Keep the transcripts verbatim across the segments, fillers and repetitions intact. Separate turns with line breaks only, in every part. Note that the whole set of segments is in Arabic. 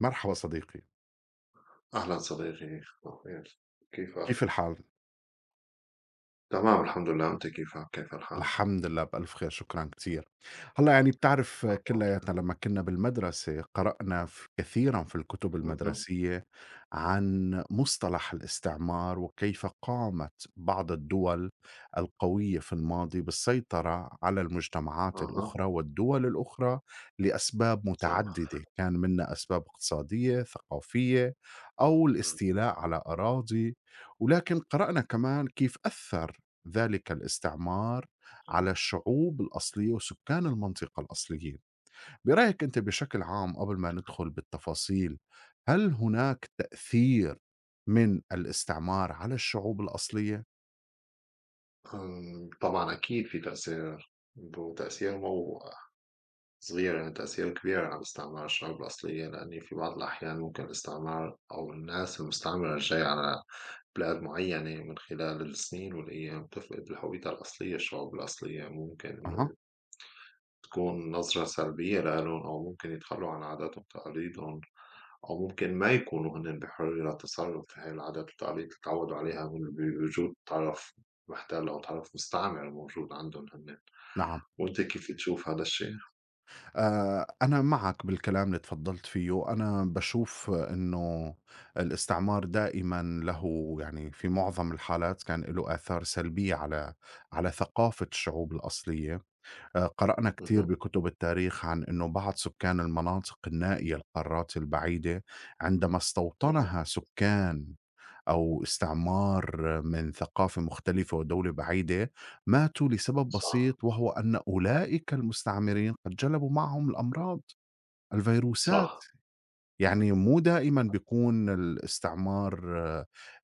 مرحبا صديقي،
أهلا صديقي أخير،
كيف
كيفك؟
الحال؟
تمام الحمد لله، أنت كيفك؟ كيف الحال؟
الحمد لله بألف خير شكرا كثير. هلا يعني بتعرف كلياتنا لما كنا بالمدرسة قرأنا في كثيرا في الكتب
مهم.
المدرسية عن مصطلح الاستعمار وكيف قامت بعض الدول القوية في الماضي بالسيطرة على المجتمعات
اها،
الأخرى والدول الأخرى لأسباب
اها، آه.
متعددة كان منها أسباب اقتصادية ثقافية أو
مم.
الاستيلاء على أراضي، ولكن قرأنا كمان كيف أثر ذلك الاستعمار على الشعوب الأصلية وسكان المنطقة الأصليين. برأيك أنت بشكل عام قبل ما ندخل بالتفاصيل هل هناك تأثير من الاستعمار على الشعوب الأصلية؟
أم، طبعا أكيد في تأثير، وتأثير مو صغير، يعني تأثير كبير على استعمار الشعوب الأصلية. لأن في بعض الأحيان ممكن الاستعمار أو الناس المستعمرة الجاية على بلاد معينة من خلال السنين والأيام تفقد الهوية الأصلية. الشعوب الأصلية ممكن إنه
أها،
تكون نظرة سلبية لإلهم، أو ممكن يتخلّوا عن عاداتهم وتقاليدهم، أو ممكن ما يكونوا هُنِّن بحرية التصرُّف في هاي العادات والتقاليد اللي اتعوّدوا عليها من بوجود طرف مُحتَل أو طرف مستعمر موجود عندهم هُنِّن.
نعم.
وأنت كيف تشوف هذا الشيء؟
آه، أنا معك بالكلام اللي تفضلت فيه. أنا بشوف أنه الاستعمار دائما له يعني في معظم الحالات كان له آثار سلبية على على ثقافة الشعوب الأصلية. آه، قرأنا كتير
اهم،
بكتب التاريخ عن أنه بعض سكان المناطق النائية القارات البعيدة عندما
اهم،
استوطنها سكان أو استعمار من ثقافة مختلفة ودولة بعيدة ماتوا لسبب
صح،
بسيط، وهو أن أولئك المستعمرين قد جلبوا معهم الأمراض الفيروسات.
صح،
يعني مو دائمًا بيكون الاستعمار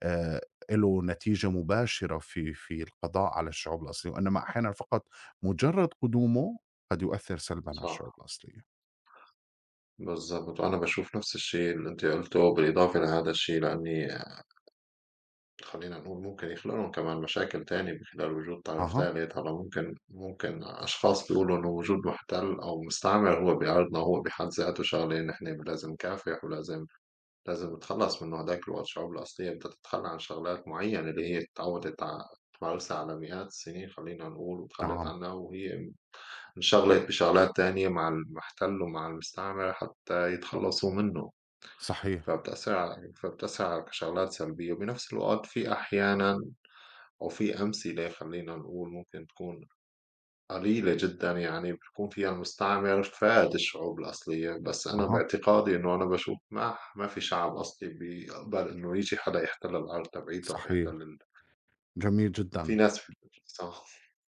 آآ له نتيجة مباشرة في في القضاء على الشعوب الأصلية، وإنما أحيانًا فقط مجرد قدومه قد يؤثر سلبًا على الشعوب
صح،
الأصلية.
بالضبط. وأنا باشوف نفس الشيء اللي أنت قُلته، بالإضافة لهذا الشيء لإنّي خلّينا نقول ممكن يخلق لهم كمان مشاكل تاني بخلال وجود طرف
أها،
تالت. هلأ ممكن ممكن أشخاص بيقولوا إنه وجود مُحتَل أو مستعمر هو بيعارضنا، هو بحد ذاته شغلة نحن لازم نكافح ولازم لازم نتخلّص منه. هداك الوقت الشعوب الأصلية بدها تتخلّى عن شغلات معيّنة اللي هي تعوّدت ع تمارسها على مئات السنين خلّينا نقول، وتخلّت
نعم،
عنها وهي انشغلت بشغلات تانية مع المحتل ومع المستعمر حتى يتخلّصوا منه.
صحيح،
فبتأثّر ع فبتأثّر على شغلات سلبية. وبنفس الوقت في أحيانًا وفي أمثلة خلّينا نقول ممكن تكون قليلة جدًا، يعني بيكون فيها المستعمر فاد الشعوب الأصلية، بس أنا
أها،
باعتقادي إنه أنا باشوف ما ما في شعب أصلي بيقبل إنه ييجي حدا يحتل الأرض تبعيته أو يحتل
صحيح،
ال
جميل
في
جدًا.
ناس. صح،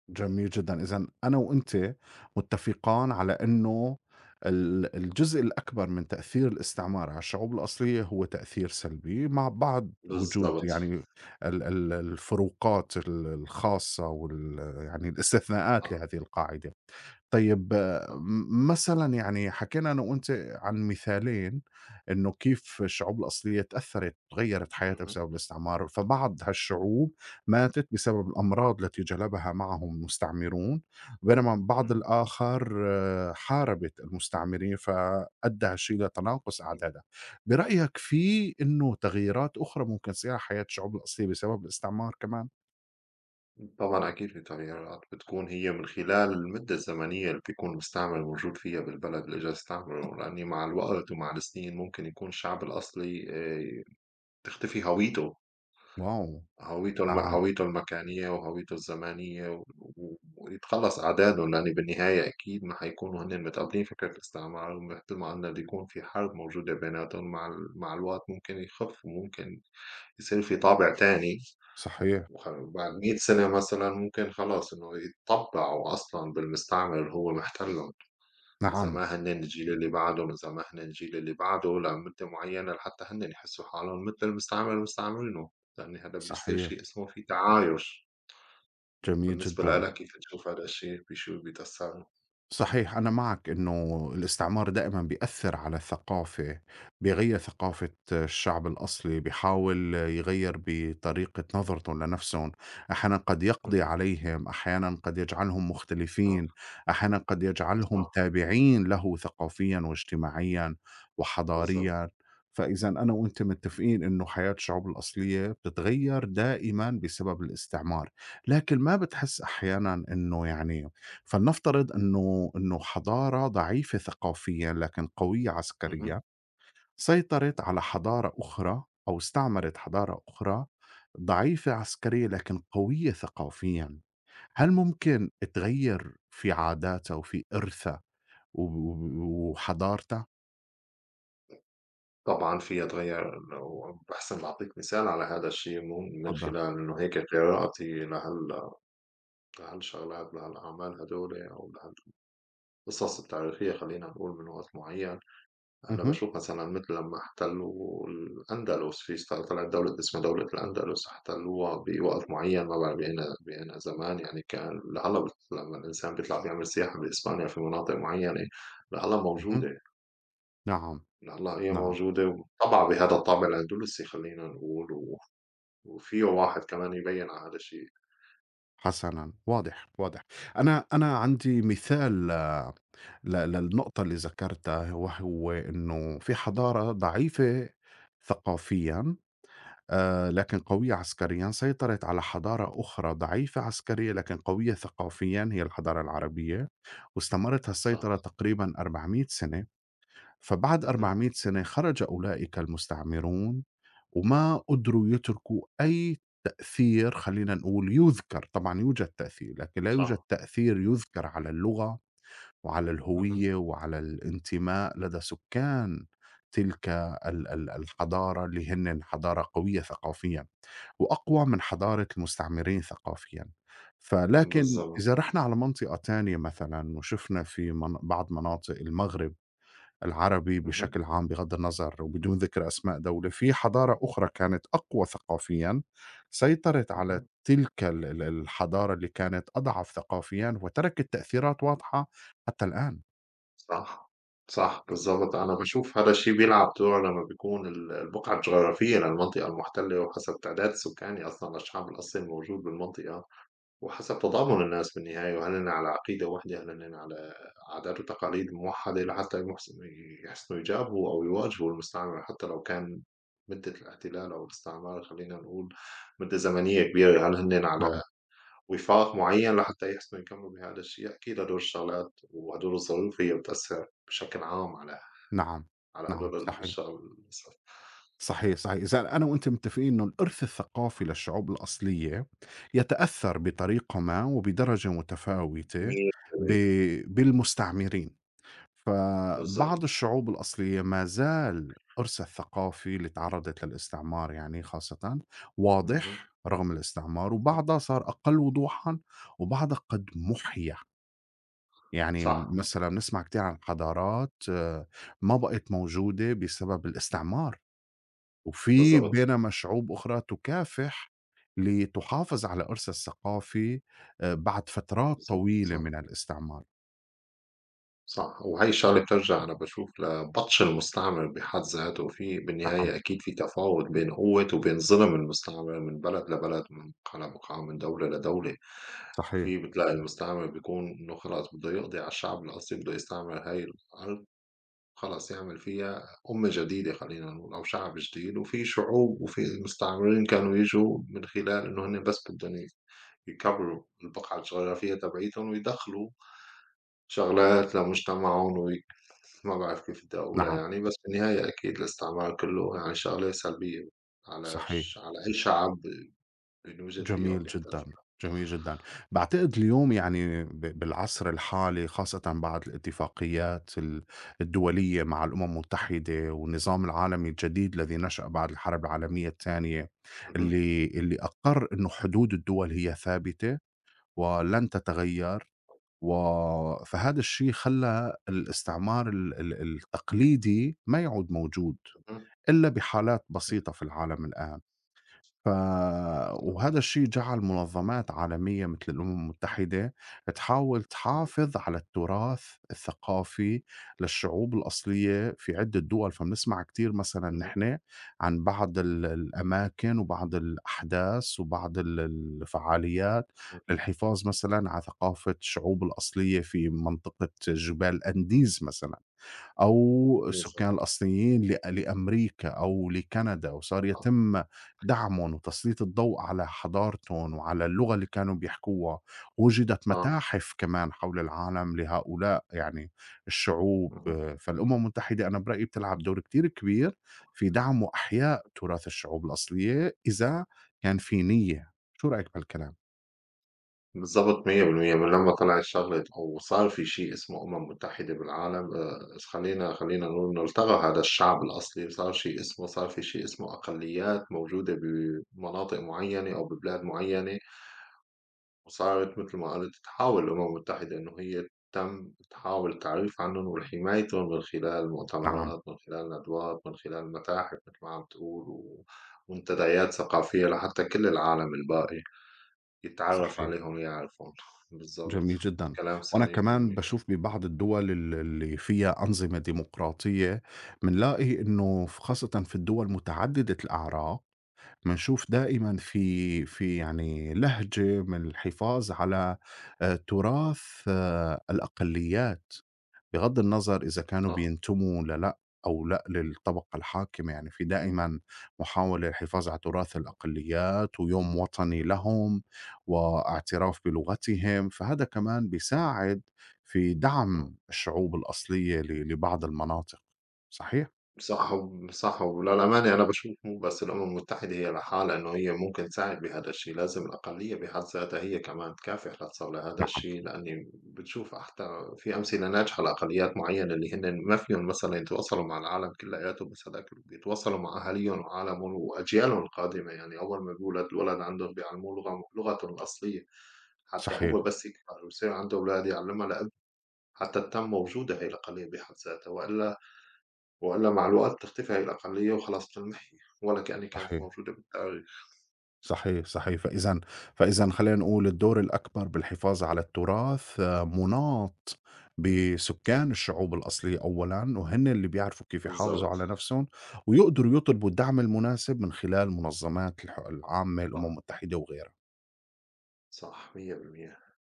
جميل جدًا، إذًا أنا وأنتِ متفقان على إنه ال الجزء الأكبر من تأثير الاستعمار على الشعوب الأصلية هو تأثير سلبي، مع بعض وجود
بالضبط،
يعني ال ال الفروقات ال الخاصة وال يعني الاستثناءات
آه،
لهذه القاعدة. طيب، آه،
آه،
م مثلًا يعني حكينا أنا وأنتِ عن مثالين إنه كيف الشعوب الأصلية تأثّرت وغيّرت حياتها
اهم،
بسبب الاستعمار، فبعض هالشعوب ماتت بسبب الأمراض التي جلبها معهم المستعمرون، بينما بعض
اهم،
الآخر آه، حاربت المستعمرين، فأدّى هالشي لتناقص أعدادها. برأيك في إنه تغييرات أخرى ممكن تصير على حياة الشعوب الأصلية بسبب الاستعمار كمان؟
إمم، طبعًا أكيد في تغييرات بتكون هي من خلال المدة الزمنية اللي بيكون المستعمر موجود فيها بالبلد اللي إجا يستعمره. لإني مع الوقت ومع السنين ممكن يكون الشعب الأصلي آآ تختفي هويته،
واو!
هويته الم
نعم،
هويته المكانية وهويته الزمانية و و ويتخلّص أعداده. لأن بالنهاية أكيد ما حيكونوا هنّن متقبلين فكرة الاستعمار، واحتمال إنّه يكون في حرب موجودة بيناتهم. مع ال مع الوقت ممكن يخف وممكن يصير في طابع تاني.
صحيح،
وخ بعد مائة سنة مثلًا ممكن خلاص إنه يتطبّعوا أصلًا بالمستعمر اللي هو محتلّه. إذا
نعم،
ما هنّن الجيل اللي بعدُن، إذا ما هنّن الجيل اللي بعده لمدة معيّنة لحتى هنّن يحسّوا حالهم متل المستعمر مستعمرينه. لإن هلّأ بيصير
صحيح،
شي اسمه في تعايُش.
جميل
وبالنسبة
جدًا.
لإلك كيف تشوف هيدا الشي بشو بيتأثّر؟
صحيح، أنا معك إنه الاستعمار دائمًا بيأثّر على الثقافة، بيغيّر ثقافة الشعب الأصلي، بيحاول يغيّر بطريقة نظرتهم لنفسهم، أحيانًا قد يقضي
اهم،
عليهم، أحيانًا قد يجعلهم مختلفين،
صح،
أحيانًا قد يجعلهم
صح،
تابعين له ثقافيًا واجتماعيًا
بالضبط،
وحضاريًا. فإذًا أنا وأنت متّفقين إنه حياة الشعوب الأصلية بتتغيّر دائمًا بسبب الاستعمار، لكن ما بتحس أحيانًا إنه يعني فلنفترض أنه أنه حضارة ضعيفة ثقافيا لكن قوية
اهم،
عسكريا سيطرت على حضارة أخرى أو استعمرت حضارة أخرى ضعيفة عسكريا لكن قوية ثقافيا، هل ممكن تغير في عاداتها وفي إرثها و- و- وحضارتها؟
طبعًا فيها تغيّر. لو باحسن باعطيك مثال على هيدا الشي مو من
تفضل.
خلال إنه هيك قراءتي لهال لهالشغلات لهالأعمال هيدول أو لهالقصص التاريخية خلّينا نقول من وقت معيّن. أنا
اهم،
باشوف مثلًا مثل لمّا احتلوا الأندلس، في س طلعت دولة اسمها دولة الأندلس، احتلوها بوقت معين ما بقى. بقينا بقينا زمان، يعني كان لهلّا بت لمّا الإنسان بيطلع بيعمل سياحة بإسبانيا في مناطق معينة لهلّا
اهم،
موجودة،
نعم،
لهلّا هي
نعم.
موجودة وطابعة بهذا الطابع الأندلسي خلّينا نقول. و وفيه واحد كمان يبيّن على هذا الشيء.
حسنا، واضح، واضح. أنا أنا عندي مثال، آه، ل للنقطة اللي ذكرتها، وهو إنه في حضارة ضعيفة ثقافيًا آآ لكن قوية عسكريًا، سيطرت على حضارة أخرى ضعيفة عسكريًا لكن قوية ثقافيًا، هي الحضارة العربية، واستمرت هالسيطرة
صح،
تقريبًا أربعمئة سنة، فبعد
اهم،
أربعمئة سنة خرج أولئك المستعمرون وما قدروا يتركوا أي تأثير خلّينا نقول يُذكر، طبعًا يوجد تأثير لكن لا يوجد
صح،
تأثير يُذكر على اللغة وعلى
اهم،
الهوية وعلى الانتماء لدى سكان تلك ال- ال-
اهم،
الحضارة اللي هن حضارة قوية ثقافيا وأقوى من حضارة المستعمرين ثقافيا. فلكن
بالضبط،
إذا رحنا على منطقة تانية مثلا وشفنا في من بعض مناطق المغرب العربي
اهم،
بشكل عام بغض النظر وبدون ذكر أسماء دولة، في حضارة أخرى كانت أقوى ثقافيا سيطرت على
اهم.
تلك ال- ال- الحضارة اللي كانت أضعف ثقافيا وتركت تأثيرات واضحة حتى الآن.
صح، صح، بالضبط. أنا باشوف هذا الشيء بيلعب دور لمّا بيكون ال البقعة الجغرافية للمنطقة المحتلة، وحسب تعداد سكاني أصلًا للشعب الأصلي الموجود بالمنطقة، وحسب تضامن الناس بالنهاية. وهل هن على عقيدة واحدة، هل هن على عادات وتقاليد موحدة لحتى يحس يحسنوا يجابهوا أو يواجهوا المستعمر، حتى لو كان مدة الاحتلال أو الاستعمار خلّينا نقول مدة زمنية كبيرة. هل هن
نعم،
على وفاق معيّن لحتى يحسنوا يكملوا بهذا الشيء؟ أكيد هدول الشغلات وهدول الظروف هي بتأثّر بشكل عام على
نعم،
على
نعم،
هدول
صحيح،
الشغل، للأسف.
صحيح، صحيح. إذا أنا وأنت متفقين إنه الإرث الثقافي للشعوب الأصلية يتأثّر بطريقة ما وبدرجة متفاوتة ب
مية بالمية
بالمستعمرين، فبعض
بالضبط.
الشعوب الأصلية ما زال إرثها الثقافي اللي تعرّضت للاستعمار يعني خاصةً
اهم،
واضح رغم الاستعمار،
اهم.
وبعضها صار أقل وضوحًا، وبعضها قد مُحيا. يعني
صح،
مثلًا بنسمع كتير عن حضارات آه، ما بقت موجودة بسبب الاستعمار، وفي
بالضبط،
بينما شعوب أخرى تكافح لتحافظ على إرثها الثقافي آآ بعد فترات
بالضبط،
طويلة
صح،
من الاستعمار.
صح. وهي الشغلة بترجع أنا باشوف لبطش المستعمر بحد ذاته. في
نعم،
بالنهاية أكيد في تفاوت بين قوة وبين ظلم المستعمر من بلد لبلد، من مقام لمقام، من دولة لدولة.
صحيح،
في بتلاقي المستعمر بيكون إنه خلاص بده يقضي على الشعب الأصلي، بده يستعمر هاي الأرض خلاص يعمل فيها أمة جديدة خلّينا نقول أو شعب جديد. وفي شعوب وفي مستعمرين كانوا ييجوا من خلال إنه هُنّ بس بدّن ي يكبروا البقعة الجغرافية تبعيتهم ويدخلوا شغلات لمجتمعهم وي ما بعرف كيف بدّي أقولها،
نعم،
يعني بس بالنهاية أكيد الاستعمار كلّه يعني شغلة سلبية على
صحيح.
ش على أي شعب بينوجد فيه أو
جميل
بيحتل
جدًا،
فيه.
جميل جدًا. باعتقد اليوم يعني ب بالعصر الحالي خاصةً بعد الاتفاقيات ال الدولية مع الأمم المتحدة والنظام العالمي الجديد الذي نشأ بعد الحرب العالمية الثانية،
اهم،
اللي اللي أقر إنه حدود الدول هي ثابتة ولن تتغيّر، و فهذا الشيء خلّى الاستعمار ال ال التقليدي ما يعود موجود
اهم،
إلا بحالات
صح،
بسيطة في العالم الآن. ف
صح،
وهذا الشيء جعل منظمات عالمية مثل الأمم المتحدة تحاول تحافظ على التراث الثقافي للشعوب الأصلية في عدة دول. فبنسمع كتير مثلا
اهم،
نحن عن بعض ال- الأماكن وبعض الأحداث وبعض ال- الفعاليات
اهم،
للحفاظ مثلا على ثقافة الشعوب الأصلية في منطقة جبال
اهم، اهم،
أنديز مثلا، أو
بالضبط،
السكان الأصليين لأ لأمريكا أو لكندا، وصار
صح،
يتم دعمهم وتسليط الضوء على حضارتهم وعلى اللغة اللي كانوا بيحكوها، وُجدت
صح،
متاحف كمان حول العالم لهؤلاء يعني الشعوب.
اهم.
آه، فالأمم المتحدة أنا برأيي بتلعب دور كتير كبير في دعم وإحياء تراث الشعوب الأصلية إذا كان في نية. شو رأيك بهالكلام؟
بالضبط مية بالمية. من لمّا طلعت شغلة أو صار في شيء اسمه أمم متحدة بالعالم، آآ، خلّينا خلّينا نقول إنه التغى هذا الشعب الأصلي، وصار شيء اسمه صار في شيء اسمه أقليات موجودة بمناطق معيّنة أو ببلاد معيّنة. وصارت متل ما قُلت تحاول الأمم المتحدة إنه هي تم تحاول التعريف عنّن وحمايتُن من خلال
نعم،
مؤتمرات، من خلال ندوات، من خلال متاحف متل ما عم تقول. و ومنتديات ثقافية لحتّى كل العالم الباقي يتعرّف
صحيح.
عليهم يعرفون. بالضبط،
جميل جدًا.
كلام
وأنا
سليم
كمان
مية بالمية.
باشوف ببعض الدول ال اللي فيها أنظمة ديمقراطية، بنلاقي إنه ف خاصةً في الدول متعددة الأعراق، بنشوف دائمًا في في يعني لهجة من الحفاظ على آآ تراث آه، الأقليات. بغض النظر إذا كانوا
آه،
بينتموا لأ أو لأ للطبقة الحاكمة، يعني في دائمًا محاولة للحفاظ على تراث الأقليات ويوم وطني لهم واعتراف بلغتهم، فهذا كمان بيساعد في دعم الشعوب الأصلية ل لبعض المناطق. صحيح؟
صح و صح. وللأمانة أنا باشوف مو بس الأمم المتحدة هي لحالها إنه هي ممكن تساعد بهذا الشيء. لازم الأقلية بحد ذاتها هي كمان تكافح لتصل لهذا
نعم،
الشيء. لأني بتشوف حتى في أمثلة ناجحة لأقليات معينة اللي هن ما فيهم مثلًا يتواصلوا مع العالم كلياته، بس هذاك اللي بيتواصلوا مع أهاليهم وعالمهم وأجيالهم القادمة. يعني أول ما بيولد الولد عندهم بيعلموه لغة لغته الأصلية، حتى
صحيح،
هو بس يكبر ويصير عنده أولاد يعلمها لإبنه. حتى تتم وجودها هي الأقلية بحد ذاتها، وإلا وإلا مع الوقت تختفي هاي الأقلية وخلاص بتنمحي، ولا كأنّي كانت
صحيح،
موجودة بالتاريخ.
صحيح، صحيح. فإذًا فإذًا خلّينا نقول الدور الأكبر بالحفاظ على التراث، آه، مناط بسكان
إمم.
الشعوب الأصلية أولًا، وهن اللي بيعرفوا كيف يحافظوا
بالضبط،
على نفسهم، ويقدروا يطلبوا الدعم المناسب من خلال منظمات الح العامة، الأمم
صح،
المتحدة وغيرها.
صح مية بالمية.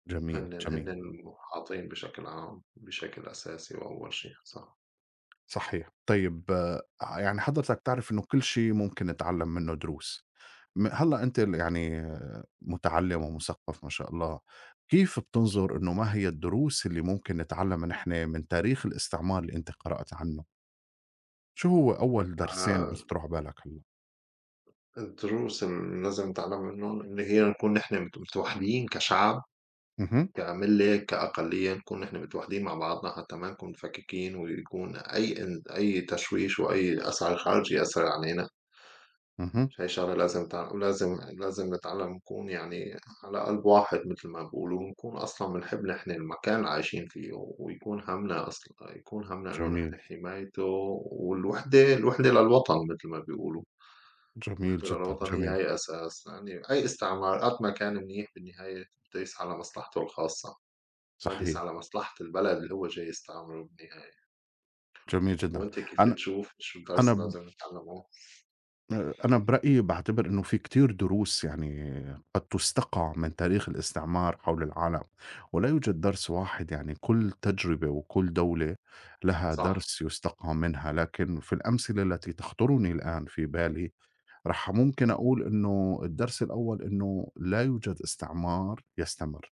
جميل،
هنّن
جميل.
هنّن محاطين بشكل عام، بشكل أساسي وأول شي، صح.
صحيح. طيب، آه، يعني حضرتك تعرف إنه كل شي ممكن نتعلم منه دروس. م هلّأ أنتِ ال
إمم،
يعني مُتعلِّمة ومُثقّفة ما شاء الله، كيف
إن شاء
بتنظُر إنه
الله.
ما هي الدروس اللي ممكن نتعلّمها نحن من تاريخ الاستعمار اللي أنتِ قرأت عنه؟ شو هو أول
آآ
درسين بيخطروا على بالك هلّأ؟
الدروس اللي لازم نتعلّم منّن إن هي نكون نحن مت متوحدين كشعب،
اهم،
كمِلّة، كأقلية. نكون نحن متوحدين مع بعضنا حتى ما نكون مفككين ويكون أي إن أي تشويش وأي أسعى خارجي يأثّر علينا.
اهم،
شايشة لازم تع... لازم لازم نتعلم نكون يعني على قلب واحد مثل ما بيقولوا، ونكون أصلا بنحب نحن المكان اللي عايشين فيه، ويكون همنا أصلا يكون همنا إنه
جميل،
نحن حمايته. والوحدة الوحدة للوطن مثل ما بيقولوا،
جميل
الوحدة
جدًا،
للوطن هي
جميل،
هي أساس. يعني أي استعمار قد ما كان منيح بالنهاية بده يسعى لمصلحته الخاصة، ما بده
صحيح،
يسعى لمصلحة البلد اللي هو جاي يستعمره بالنهاية.
جميل جدًا.
وأنت كيف
أنا
بتشوف شو
أنا
درس
ب
لازم نتعلمه؟
آآ، أنا برأيي باعتبر إنه في كتير دروس يعني قد تُستَقَى من تاريخ الاستعمار حول العالم، ولا يوجد درس واحد، يعني كل تجربة وكل دولة لها
صح،
درس يُستَقَى منها، لكن في الأمثلة التي تخطرني الآن في بالي راح ممكن
مهم.
أقول إنه الدرس الأول إنه لا يوجد استعمار يستمر،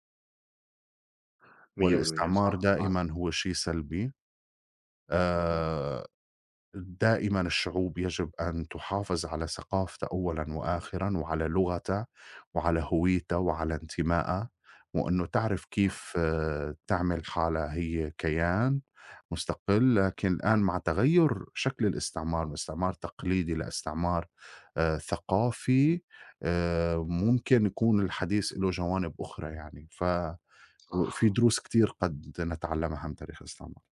مية بالمية
والاستعمار
صح معك.
دائمًا هو شيء سلبي.
مهم.
آآ دائما الشعوب يجب أن تحافظ على ثقافته أولًا
صح،
وآخرًا، وعلى لغته، وعلى هويته، وعلى انتمائها، وإنه تعرف كيف آه، تعمل حالها هي كيان مستقل، لكن الآن مع تغيُّر شكل الاستعمار من استعمار تقليدي لاستعمار آآ
إمم،
ثقافي، آآ ممكن يكون الحديث له جوانب أخرى يعني، ف وفي
صح،
دروس كتير قد نتعلمها من تاريخ الاستعمار.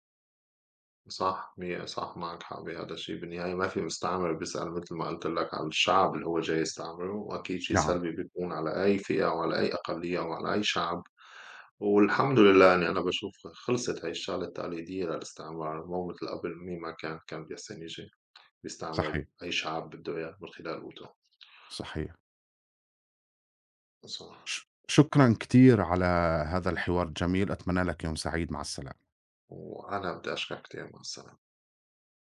صح، مي صح معاك حق بهذا الشي. بالنهاية ما في مستعمر بيسأل متل ما قلت لك على الشعب اللي هو جاي يستعمره، وأكيد شي
نعم،
سلبي بيكون على أي فئة أو على أي أقلية أو على أي شعب. والحمد لله إني أنا باشوف خلصت هاي الشغلة التقليدية للاستعمار، مو متل قبل. مين ما كان كان بيحسن يجي
صحيح،
بيستعمر أي شعب بده إياه من خلال قوته.
صحيح.
صح.
ش شكرًا كتير على هذا الحوار الجميل، أتمنى لك يوم سعيد، مع السلامة.
وأنا بدي أشكرك كتير، مع السلامة.